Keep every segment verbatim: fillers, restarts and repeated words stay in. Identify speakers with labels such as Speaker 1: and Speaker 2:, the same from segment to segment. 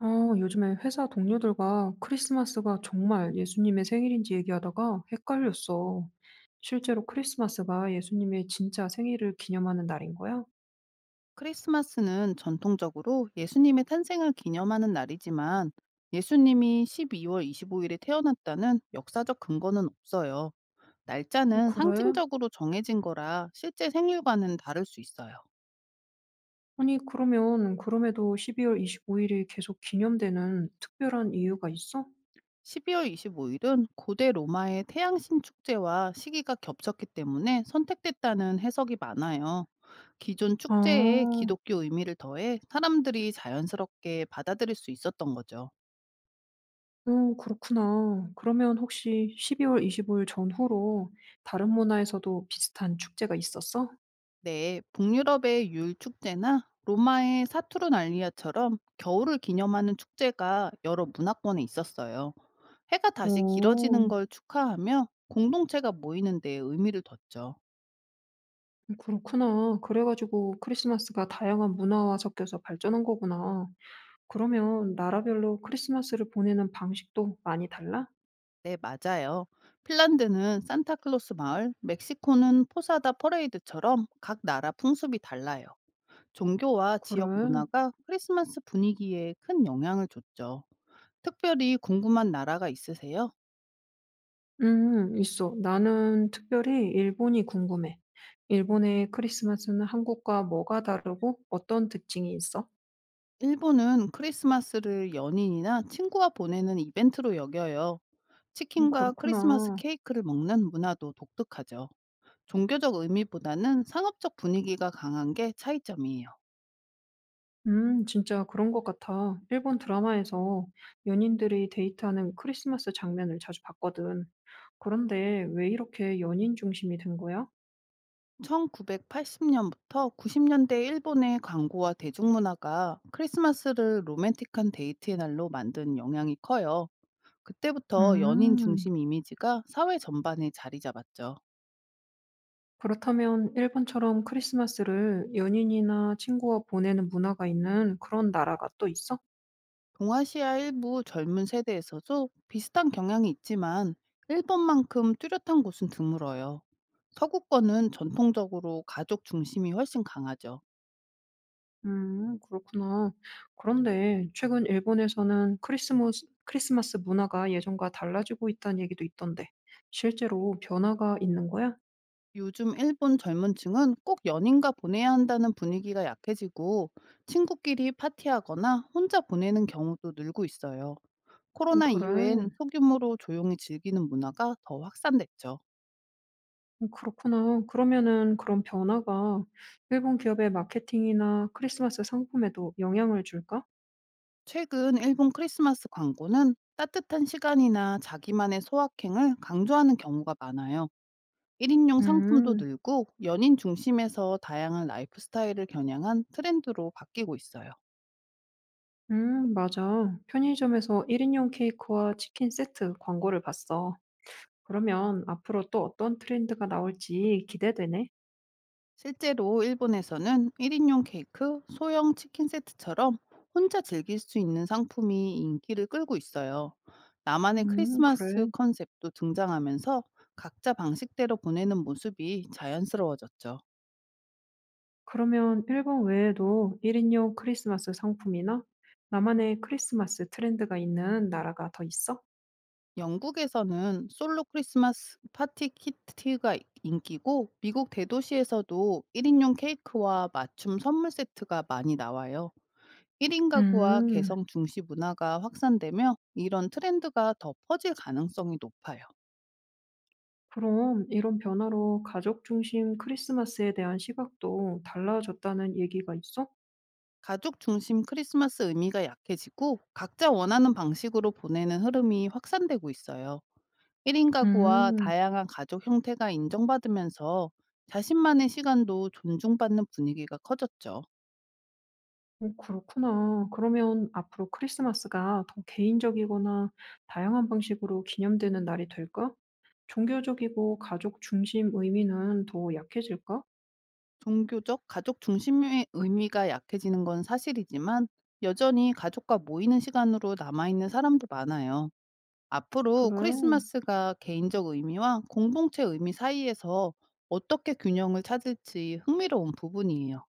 Speaker 1: 어, 요즘에 회사 동료들과 크리스마스가 정말 예수님의 생일인지 얘기하다가 헷갈렸어. 실제로 크리스마스가 예수님의 진짜 생일을 기념하는 날인 거야?
Speaker 2: 크리스마스는 전통적으로 예수님의 탄생을 기념하는 날이지만 예수님이 십이 월 이십오 일에 태어났다는 역사적 근거는 없어요.
Speaker 1: 어,
Speaker 2: 날짜는
Speaker 1: 그래?
Speaker 2: 상징적으로 정해진 거라 실제 생일과는 다를 수 있어요.
Speaker 1: 아니, 그러면 그럼에도 십이 월 이십오 일이 계속 기념되는 특별한 이유가 있어?
Speaker 2: 십이 월 이십오 일은 고대 로마의 태양신 축제와 시기가 겹쳤기 때문에 선택됐다는 해석이 많아요. 기존 축제에
Speaker 1: 아,
Speaker 2: 기독교 의미를 더해 사람들이 자연스럽게 받아들일 수 있었던 거죠.
Speaker 1: 어, 그렇구나. 그러면 혹시 십이 월 이십오 일 전후로 다른 문화에서도 비슷한 축제가 있었어?
Speaker 2: 네, 북유럽의 율 축제나 로마의 사투르날리아처럼 겨울을 기념하는 축제가 여러 문화권에 있었어요. 해가 다시
Speaker 1: 어.
Speaker 2: 길어지는 걸 축하하며 공동체가 모이는 데 의미를 뒀죠.
Speaker 1: 음, 그렇구나. 그래 가지고 크리스마스가 다양한 문화와 섞여서 발전한 거구나. 그러면 나라별로 크리스마스를 보내는 방식도 많이 달라?
Speaker 2: 네, 맞아요. 핀란드는 산타클로스 마을, 멕시코는 포사다 퍼레이드처럼 각 나라 풍습이 달라요. 종교와 지역
Speaker 1: 그래.
Speaker 2: 문화가 크리스마스 분위기에 큰 영향을 줬죠. 특별히 궁금한 나라가 있으세요?
Speaker 1: 음, 있어. 나는 특별히 일본이 궁금해. 일본의 크리스마스는 한국과 뭐가 다르고 어떤 특징이 있어?
Speaker 2: 일본은 크리스마스를 연인이나 친구와 보내는 이벤트로 여겨요.
Speaker 1: 음,
Speaker 2: 치킨과 크리스마스
Speaker 1: 그렇구나.
Speaker 2: 케이크를 먹는 문화도 독특하죠. 종교적 의미보다는 상업적 분위기가 강한 게 차이점이에요.
Speaker 1: 음, 진짜 그런 것 같아. 일본 드라마에서 연인들이 데이트하는 크리스마스 장면을 자주 봤거든. 그런데 왜 이렇게 연인 중심이 된 거야?
Speaker 2: 천구백팔십 년부터 구십 년대 일본의 광고와 대중문화가 크리스마스를 로맨틱한 데이트의 날로 만든 영향이 커요. 그때부터 연인
Speaker 1: 음.
Speaker 2: 중심 이미지가 사회 전반에 자리 잡았죠.
Speaker 1: 그렇다면 일본처럼 크리스마스를 연인이나 친구와 보내는 문화가 있는 그런 나라가 또 있어?
Speaker 2: 동아시아 일부 젊은 세대에서도 비슷한 경향이 있지만 일본만큼 뚜렷한 곳은 드물어요. 서구권은 전통적으로 가족 중심이 훨씬 강하죠.
Speaker 1: 음, 그렇구나. 그런데 최근 일본에서는 크리스마스, 크리스마스 문화가 예전과 달라지고 있다는 얘기도 있던데, 실제로 변화가 있는 거야?
Speaker 2: 요즘 일본 젊은 층은 꼭 연인과 보내야 한다는 분위기가 약해지고 친구끼리 파티하거나 혼자 보내는 경우도 늘고 있어요.
Speaker 1: 음,
Speaker 2: 코로나
Speaker 1: 그래.
Speaker 2: 이후엔 소규모로 조용히 즐기는 문화가 더 확산됐죠.
Speaker 1: 음, 그렇구나. 그러면은 그런 변화가 일본 기업의 마케팅이나 크리스마스 상품에도 영향을 줄까?
Speaker 2: 최근 일본 크리스마스 광고는 따뜻한 시간이나 자기만의 소확행을 강조하는 경우가 많아요. 일 인용 상품도
Speaker 1: 음.
Speaker 2: 늘고 연인 중심에서 다양한 라이프 스타일을 겨냥한 트렌드로 바뀌고 있어요.
Speaker 1: 음, 맞아. 편의점에서 일인용 케이크와 치킨 세트 광고를 봤어. 그러면 앞으로 또 어떤 트렌드가 나올지 기대되네.
Speaker 2: 실제로 일본에서는 일 인용 케이크, 소형 치킨 세트처럼 혼자 즐길 수 있는 상품이 인기를 끌고 있어요. 나만의
Speaker 1: 음, 그래.
Speaker 2: 크리스마스 컨셉도 등장하면서 각자 방식대로 보내는 모습이 자연스러워졌죠.
Speaker 1: 그러면 일본 외에도 일인용 크리스마스 상품이나 나만의 크리스마스 트렌드가 있는 나라가 더 있어?
Speaker 2: 영국에서는 솔로 크리스마스 파티 키트가 인기고 미국 대도시에서도 일 인용 케이크와 맞춤 선물 세트가 많이 나와요. 일 인 가구와
Speaker 1: 음,
Speaker 2: 개성 중시 문화가 확산되며 이런 트렌드가 더 퍼질 가능성이 높아요.
Speaker 1: 그럼 이런 변화로 가족 중심 크리스마스에 대한 시각도 달라졌다는 얘기가 있어?
Speaker 2: 가족 중심 크리스마스 의미가 약해지고 각자 원하는 방식으로 보내는 흐름이 확산되고 있어요. 일 인 가구와
Speaker 1: 음.
Speaker 2: 다양한 가족 형태가 인정받으면서 자신만의 시간도 존중받는 분위기가 커졌죠.
Speaker 1: 어, 그렇구나. 그러면 앞으로 크리스마스가 더 개인적이거나 다양한 방식으로 기념되는 날이 될까? 종교적이고 가족 중심 의미는 더 약해질까?
Speaker 2: 종교적 가족 중심의 의미가 약해지는 건 사실이지만 여전히 가족과 모이는 시간으로 남아있는 사람도 많아요. 앞으로
Speaker 1: 그래.
Speaker 2: 크리스마스가 개인적 의미와 공동체 의미 사이에서 어떻게 균형을 찾을지 흥미로운 부분이에요.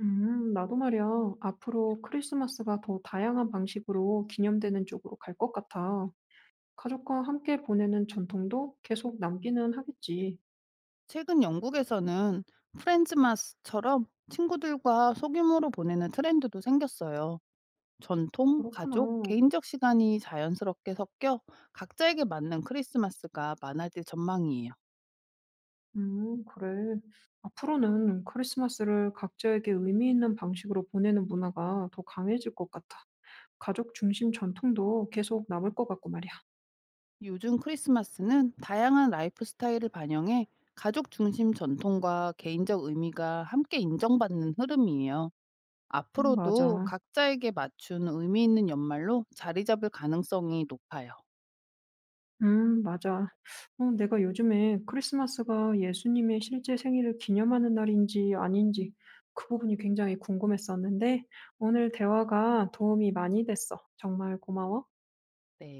Speaker 1: 음, 나도 말이야. 앞으로 크리스마스가 더 다양한 방식으로 기념되는 쪽으로 갈 것 같아. 가족과 함께 보내는 전통도 계속 남기는 하겠지.
Speaker 2: 최근 영국에서는 프렌즈마스처럼 친구들과 소규모로 보내는 트렌드도 생겼어요. 전통, 가족,
Speaker 1: 그렇구나.
Speaker 2: 개인적 시간이 자연스럽게 섞여 각자에게 맞는 크리스마스가 많아질 전망이에요.
Speaker 1: 음, 그래. 앞으로는 크리스마스를 각자에게 의미 있는 방식으로 보내는 문화가 더 강해질 것 같아. 가족 중심 전통도 계속 남을 것 같고 말이야.
Speaker 2: 요즘 크리스마스는 다양한 라이프 스타일을 반영해 가족 중심 전통과 개인적 의미가 함께 인정받는 흐름이에요.
Speaker 1: 음,
Speaker 2: 앞으로도
Speaker 1: 맞아.
Speaker 2: 각자에게 맞춘 의미 있는 연말로 자리 잡을 가능성이 높아요.
Speaker 1: 음, 맞아. 어, 내가 요즘에 크리스마스가 예수님의 실제 생일을 기념하는 날인지 아닌지 그 부분이 굉장히 궁금했었는데 오늘 대화가 도움이 많이 됐어. 정말 고마워.
Speaker 2: 네.